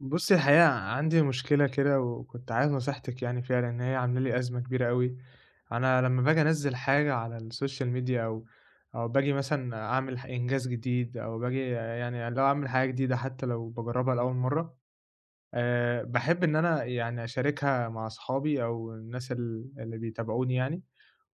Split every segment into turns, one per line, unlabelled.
بُصّي، الحقيقة عندي مشكلة كده، وكنت عايز نصيحتِك يعني فيها، لإن هي عاملة لي أزمة كبيرة أوي. أنا لمّا باجي أنزّل حاجة على السوشيال ميديا أو باجي مثلًا أعمل إنجاز جديد أو باجي يعني اللي هو أعمل حاجة جديدة حتى لو باجرّبها لأول مرّة، باحب إن أنا يعني أشاركها مع أصحابي أو الناس اللي بيتابعوني يعني،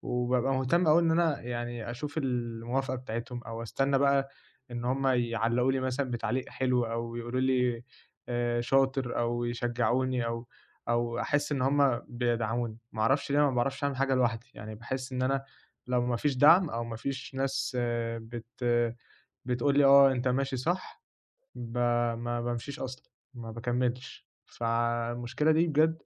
وبابقى مهتم أوي إن أنا يعني أشوف الموافقة بتاعتهم أو أستنى بقى إن هم يعلّقوا لي مثلًا بتعليق حلو أو يقولوا لي شاطر أو يشجّعوني أو أحس إن هم بيدعموني. ما أعرفش ليه أنا ما باعرفش أعمل حاجة لوحدي، يعني باحس إن أنا لو ما فيش دعم أو ما فيش ناس بتقول لي آه أنت ماشي صح، ب ما بامشيش أصلًا، ما باكمّلش. فالمشكلة دي بجد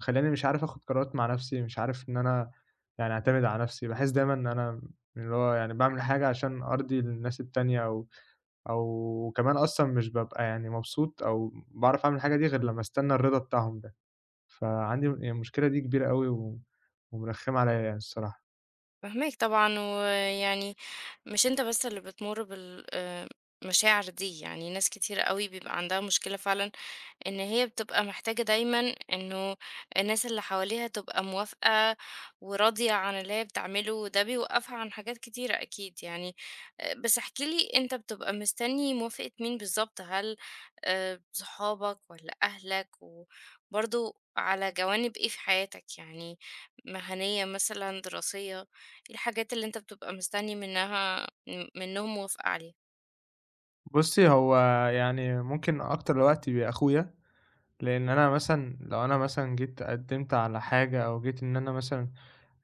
مخلّياني مش عارف آخُد قرارات مع نَفْسي، مش عارف إن أنا يعني أعتمد على نَفْسي. باحس دايمًا إن أنا اللي هو يعني باعمل حاجة عشان أرضي الناس التانية، أو كمان أصلًا مش بابقى يعني مبسوط أو باعرف أعمل الحاجة دي غير لمّا أستنى الرضا بتاعهم ده. فعندي المشكلة دي كبيرة أوي و ومرخّمة عليّا يعني الصراحة.
فاهماك طبعًا، ويعني مش أنت بس اللي بتمُر بالمشاعر دي، يعني ناس كتيرة أوي بيبقى عندها مشكلة فعلًا إن هي بتبقى محتاجة دايمًا إنه الناس اللي حواليها تبقى موافقة وراضية عن اللي هي بتعمله، وده بيوقّفها عن حاجات كتيرة أكيد يعني. بس احكِ لي أنت بتبقى مستني موافقة مين بالضبط؟ هل صحابك والّا أهلك؟ وبرضه على جوانب إيه في حياتك؟ يعني مهنية مثلًا، دراسية، إيه الحاجات اللي أنت بتبقى مستني منها منّهم موافقة عليها؟
بُصّي، هو يعني ممكن أكتر الوقت بيبقى أخويا. لأن أنا مثلًا لو أنا مثلًا جيت قدّمت على حاجة أو جيت إن أنا مثلًا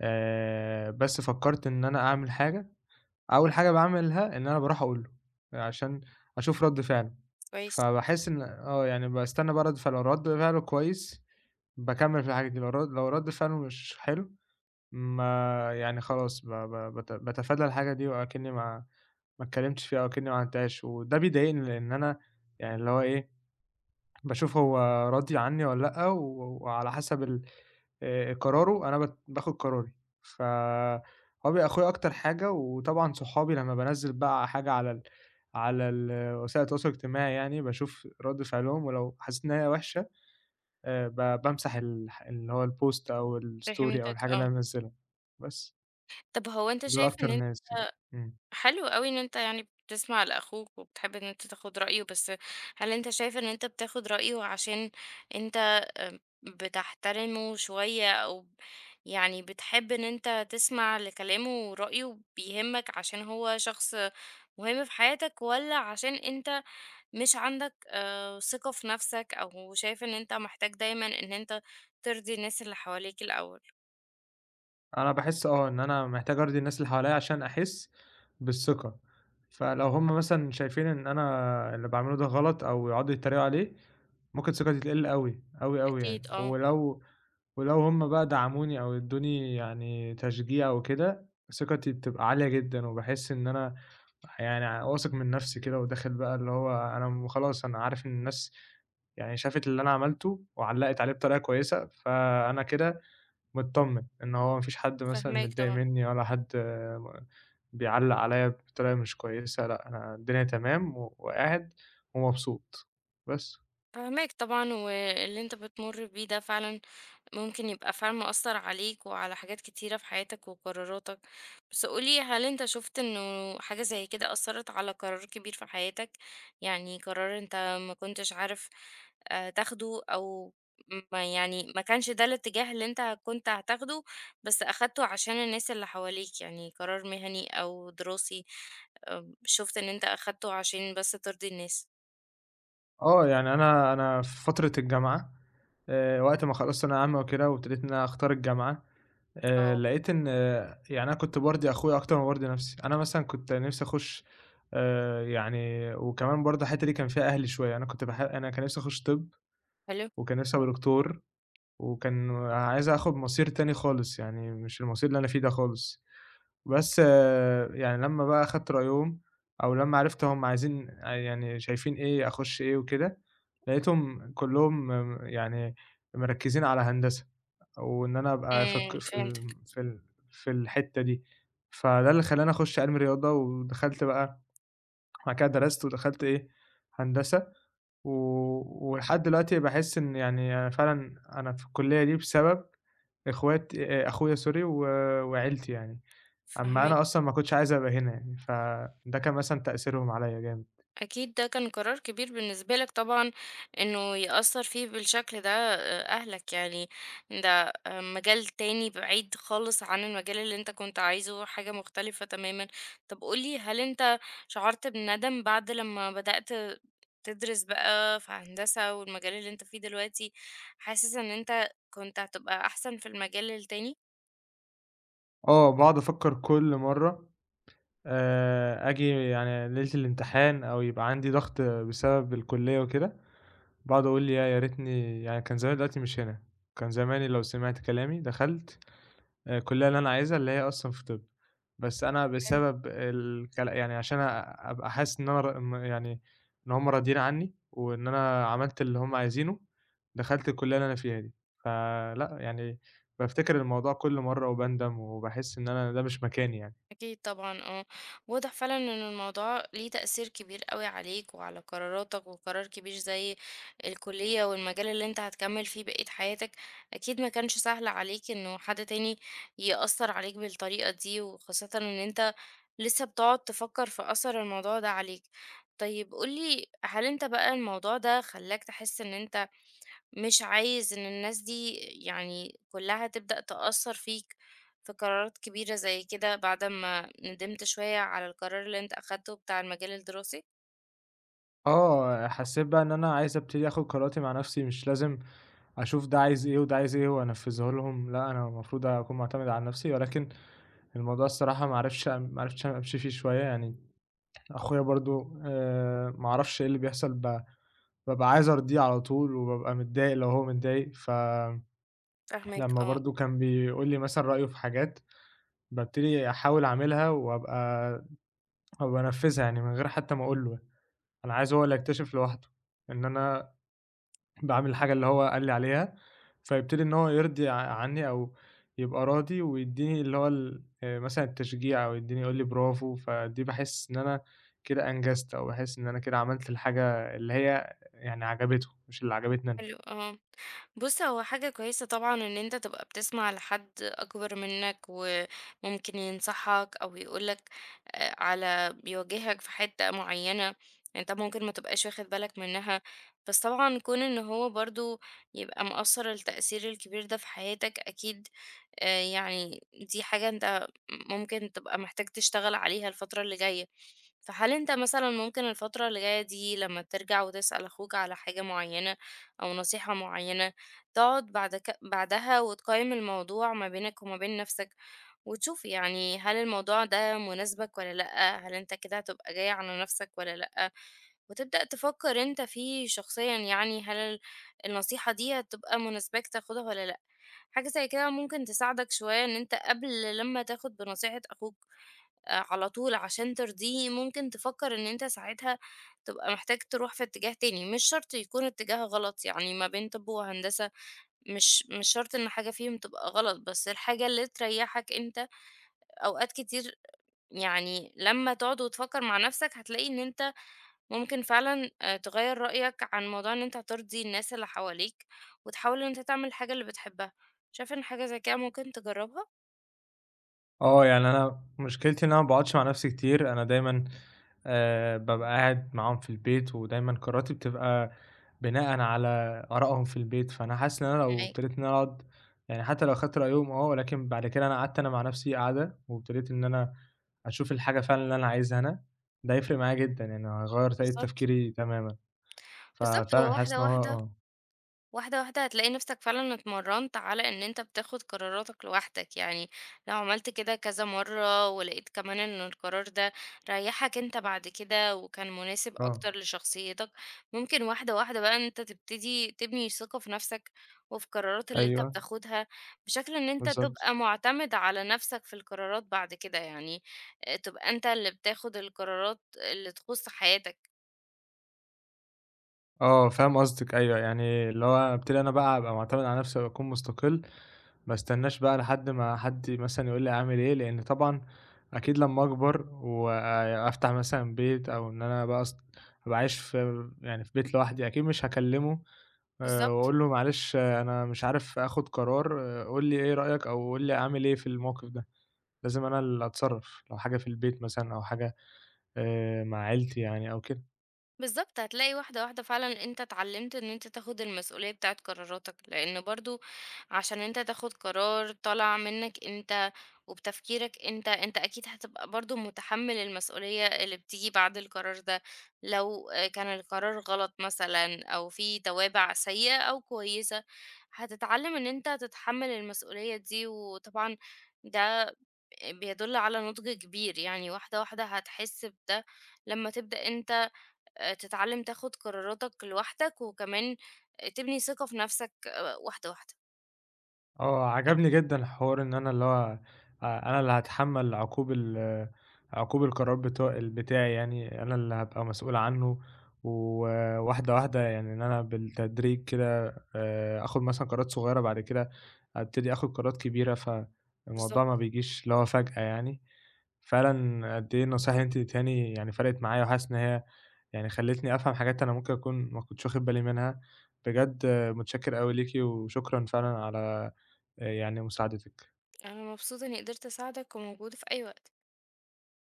بس فكّرت إن أنا أعمل حاجة، أول حاجة باعملها إن أنا باروح أقول له، عشان أشوف رَد فعله.
كويس،
فباحس إن آه، يعني باستنى بقى رَد فعله، لو رَد فعله كويس باكمّل في الحاجة دي، لو رَد فعله مش حلو ما يعني خلاص ب ب بت باتفادى الحاجة دي وأكنّي ما اتكلمتش فيها أو أكنّي ما عملتهاش، وده بيضايقني لأن أنا يعني اللي هو إيه باشوف هو راضي عني والّا لأ، وعلى حسب قراره أنا باخد قراري. ف هو بيبقى أخويا أكتر حاجة، وطبعًا صحابي لمّا بانزّل بقى حاجة على وسائل التواصل الاجتماعي يعني، باشوف رد فعلهم، ولو حسيت إن هي وحشة بامسح اللي هو الpost أو الstory أو
فهمتك
الحاجة اللي
آه.
أنا منزّلها. بس،
طب هو أنت
دول
شايف إن
أكتر ناس يعني. إمم.
حلو أوي إن أنت يعني بتسمع لأخوك وبتحب إن أنت تاخد رأيه، بس هل أنت شايف إن أنت بتاخد رأيه عشان أنت بتحترمه شوية أو يعني بتحب إن أنت تسمع لكلامه ورأيه بيهمك عشان هو شخص مهم في حياتك، والّا عشان أنت مش عندك ثقة في نفسك أو شايف إن أنت محتاج دايمًا إن أنت ترضي الناس اللي حواليك الأول؟
أنا باحس آه، إن أنا محتاج أرضي الناس اللي حواليّا عشان أحس بالثقة. فلو هم مثلًا شايفين إن أنا اللي باعمله ده غلط أو يقعدوا يتريقوا عليه، ممكن ثقتي تقل أوي، أوي، أوي يعني،
أكيد آه،
ولو هم بقى دعموني أو ادوني يعني تشجيع وكده، ثقتي بتبقى عالية جدًا، وباحس إن أنا يعني واثق من نفسي كده وداخل بقى اللي هو أنا خلاص أنا عارف إن الناس يعني شافت اللي أنا عملته وعلّقت عليه بطريقة كويسة، فأنا كده متطمن، إن هو ما فيش حد مثلًا
فاهماك
متضايق
طبعًا،
منّي ولا حد آه، بيعلّق عليّا بطريقة مش كويسة، لأ أنا الدنيا تمام وقاعد ومبسوط، بس.
فاهماك طبعًا واللي أنت بتمُر بيه ده فعلًا ممكن يبقى فعلًا مأثّر عليك وعلى حاجات كتيرة في حياتك وقراراتك، بس قُل لي هل أنت شُفت إنه حاجة زي كده أثّرت على قرار كبير في حياتك؟ يعني قرار أنت ما كنتش عارف تاخده أو ما يعني ما كانش ده الاتجاه اللي أنت كنت هتاخده، بس أخدته عشان الناس اللي حواليك، يعني قرار مهني أو دراسي شُفت إن أنت أخدته عشان بس ترضي الناس؟
آه، يعني أنا في فترة الجامعة وقت ما خلّصت ثانوية عامة وكده وابتديت إن أنا أختار الجامعة،
آه،
لقيت إن آه، يعني أنا كنت بارضي أخويا أكتر ما بارضي نَفْسي، أنا مثلًا كنت نِفْسي أخُش يعني وكمان برضه الحتّة دي كان فيها أهلي شوية، أنا كنت أنا كان نِفْسي أخُش طِب
حلو،
وكان نِفْسي أبقى دكتور. وكان عايز آخُد مسار تاني خالص، يعني مش المسار اللي أنا فيه ده خالص. بس يعني لمّا بقى أخدت رأيهم أو لمّا عرفت هم عايزين يعني شايفين إيه، أخُش إيه وكده، لقيتهم كلّهم يعني مركّزين على هندسة وإن أنا أبقى في الق
إمم،
في ال
فهمتك،
في ال في الحتّة دي، فده اللي خلّاني أخُش عِلمي رياضة ودخلت بقى بعد كده درست ودخلت إيه، هندسة و ولحد دلوقتي باحس إن يعني أنا فعلًا أنا في الكلية دي بسبب إخوات أخويا sorry وعيلتي يعني. أمّا
فاهماك.
أنا أصلًا ما كنتش عايز أبقى هنا يعني، فده كان مثلًا تأثيرهم عليّا جامد.
أكيد ده كان قرار كبير بالنسبة لك طبعًا إنه يأثّر فيه بالشكل ده أهلك، يعني ده آه، مجال تاني بعيد خالص عن المجال اللي أنت كنت عايزه، حاجة مختلفة تمامًا. طب قُل لي هل أنت شعرت بندم بعد لمّا بدأت تدرس بقى في هندسة والمجال اللي أنت فيه دلوقتي، حاسس إن أنت كنت هتبقى أحسن في المجال التاني؟
آه، باقعد أفكّر كل مرّة آجي يعني ليلة الامتحان أو يبقى عندي ضغط بسبب الكلية وكده، باقعد أقول يا ريتني يعني كان زماني دلوقتي مش هنا، كان زماني لو سمعت كلامي دخلت الكلية اللي أنا عايزها، اللي هي أصلًا في طِب، بس أنا بسبب يعني عشان أبقى حاسس إن أنا ر م يعني إن هُم راضيين عنّي، وإن أنا عملت اللي هُم عايزينه، دخلت الكلية اللي أنا فيها دي. فلأ، يعني بافتكر الموضوع كل مرّة وباندم، وباحس إن أنا ده مش مكاني يعني.
أكيد طبعًا آه، واضح فعلًا إن الموضوع ليه تأثير كبير أوي عليك وعلى قراراتك، وقرار كبير زي الكلية والمجال اللي أنت هتكمل فيه بقية حياتك، أكيد ما كانش سهل عليك إنه حد تاني يأثر عليك بالطريقة دي، وخاصةً إن أنت لسه بتقعد تفكر في أثر الموضوع ده عليك. طيب قُل لي هل أنت بقى الموضوع ده خلّاك تحس إن أنت مش عايز إن الناس دي يعني كلها تبدأ تأثر فيك في قرارات كبيرة زي كده بعد ما ندمت شوية على القرار اللي انت أخدته بتاع المجال الدراسي
آه، حسّيت بقى إن أنا عايز أبتدي آخُد قراراتي مع نَفْسي، مش لازم أشوف ده عايز إيه وده عايز إيه وأنفّذه لهم، لأ، أنا المفروض أكون مُعتمد على نَفْسي، ولكن الموضوع الصراحة ما عرفتش أمشي فيه شوية يعني. أخويا برضه ما أعرفش إيه اللي بيحصل، بابقى عايز أرضيه على طول، وبابقى متضايق لو هو متضايق، فلمّا
فاهماك اه
برضه كان بيقول لي مثلًا رأيه في حاجات، بابتدي أحاول أعملها وأبقى أو بانفذها يعني من غير حتى ما أقول له، أنا عايز هو اللي يكتشف لوحده إن أنا باعمل الحاجة اللي هو قال لي عليها، فيبتدي إن هو يرضي عني أو يبقى راضي ويدّيني اللي هو ال مثلًا التشجيع أو يدّيني يقول لي برافو، فدي باحس إن أنا كده أنجزت أو باحس إن أنا كده عملت الحاجة اللي هي يعني عجبته، مش اللي عجبتني أنا.
حلو اه بُص، هو حاجة كويسة طبعًا إن أنت تبقى بتسمع لحد أكبر منك، وممكن ينصحك أو يقول لك على يوجهك في حتّة معيّنة أنت ممكن ما تبقاش واخد بالك منها، بس طبعًا كون إن هو برضه يبقى مقصّر التأثير الكبير ده في حياتك أكيد يعني دي حاجة أنت ممكن تبقى محتاج تشتغل عليها الفترة اللي جاية، فهل أنت مثلًا ممكن الفترة اللي جاية دي لمّا ترجع وتسأل أخوك على حاجة معيّنة أو نصيحة معيّنة تقعد بعد بعدها وتقيّم الموضوع ما بينك وما بين نَفْسك، وتشوف يعني هل الموضوع ده مناسبك والّا لأ، هل أنت كده هتبقى جاي على نَفْسك والّا لأ، وتبدأ تفكّر أنت فيه شخصيًا يعني هل النصيحة دي هتبقى مناسباك تاخدها والّا لأ، حاجة زي كده ممكن تساعدك شوية إن أنت قبل لمّا تاخد بنصيحة أخوك على طول عشان ترضيه، ممكن تفكّر إن أنت ساعتها تبقى محتاج تروح في اتجاه تاني، مش شرط يكون اتجاه غلط يعني ما بين طِب وهندسة مش شرط إن حاجة فيهم تبقى غلط، بس الحاجة اللي تريّحك أنت أوقات كتير يعني لمّا تقعد وتفكّر مع نَفْسك هتلاقي إن أنت ممكن فعلًا تغيّر رأيك عن موضوع إن أنت هترضي الناس اللي حواليك، وتحاول إن أنت تعمل الحاجة اللي بتحبها. شايف إن حاجة زي كده ممكن تجرّبها؟
آه، يعني أنا مشكلتي إن أنا ما باقعدش مع نفسي كتير، أنا دايمًا بابقى قاعد معاهم في البيت، ودايمًا قراراتي بتبقى بناءً على آرائهم في البيت، فأنا حاسس إن أنا لو
فاهماك.
ابتديت إن أنا أقعد يعني حتى لو أخدت رأيهم آه، ولكن بعد كده أنا قعدت أنا مع نفسي قعدة، وابتديت إن أنا أشوف الحاجة فعلًا اللي أنا عايزها أنا، ده هيفرق معايا جدًا، يعني هيغيّر طريقة
بالضبط،
تفكيري تمامًا.
بالضبط، هو
ففعلًا حاسس
واحدة،
إن هو
واحدة
آه.
هتلاقي نفسك فعلًا اتمرّنت على إن أنت بتاخد قراراتك لوحدك، يعني لو عملت كده كذا مرّة ولقيت كمان إن القرار ده ريّحك أنت بعد كده وكان مناسب
آه.
أكتر لشخصيتك، ممكن واحدة واحدة بقى أنت تبتدي تبني ثقة في نفسك وفي القرارات اللي أنت
أيوه.
بتاخدها، بشكل إن أنت
بالضبط.
تبقى مُعتمد على نفسك في القرارات بعد كده، يعني تبقى أنت اللي بتاخد القرارات اللي تخُص حياتك.
آه، فاهم قصدِك، أيوه، يعني اللي هو ابتدي أنا بقى أبقى معتمد على نفسي وأكون مستقل. ما استناش بقى لحد ما حد مثلًا يقول لي أعمل إيه، لإن طبعًا أكيد لمّا أكبر وأفتح مثلًا بيت أو إن أنا بقى أبقى عايش في يعني في بيت لوحدي، أكيد مش هاكلمه
بالضبط.
وأقول له معلش آه، أنا مش عارف آخد قرار، قُل لي إيه رأيك أو قُل لي أعمل إيه في الموقف ده، لازم أنا اللي أتصرّف لو حاجة في البيت مثلًا أو حاجة مع عيلتي يعني أو كده.
بالضبط، هتلاقي واحدة، واحدة فعلًا أنت اتعلّمت إن أنت تاخُد المسؤولية بتاعة قراراتك، لإن برضه عشان أنت تاخُد قرار طالع منّك أنت وبتفكيرك أنت، أنت أكيد هتبقى برضه مُتحمّل المسؤولية اللي بتيجي بعد القرار ده، لو كان القرار غلط مثلًا أو في توابع سيئة أو كويسة، هتتعلّم إن أنت تتحمّل المسؤولية دي وطبعًا ده بيدُل على نُضْج كبير، يعني واحدة، واحدة هتحس بده لمّا تبدأ أنت تتعلم تاخد قراراتك لوحدك، وكمان تبني ثقة في نفسك واحدة، واحدة.
آه، عجبني جدًا حوار إن أنا اللي هو أنا اللي هاتحمّل عقوب القرار بتاعي يعني، أنا اللي هابقى مسؤول عنه، وواحدة، واحدة يعني إن أنا بالتدريج كده آخُد مثلًا قرارات صغيّرة بعد كده أبتدي آخُد قرارات كبيرة، فالموضوع ما
بالضبط.
بيجيش اللي هو فجأة يعني. فعلًا قد إيه النصايح اللي أنتِ اديتيهاني يعني فرقِت معايا وحاسس إن هي يعني خلّيتني أفهم حاجات أنا ممكن أكون ما كنتش واخد بالي منها، بجد متشكر أوي ليكِ وشكرًا فعلًا على يعني مساعدتِك.
أنا مبسوطة إني قدرت أساعدك، وموجودة في أي وقت.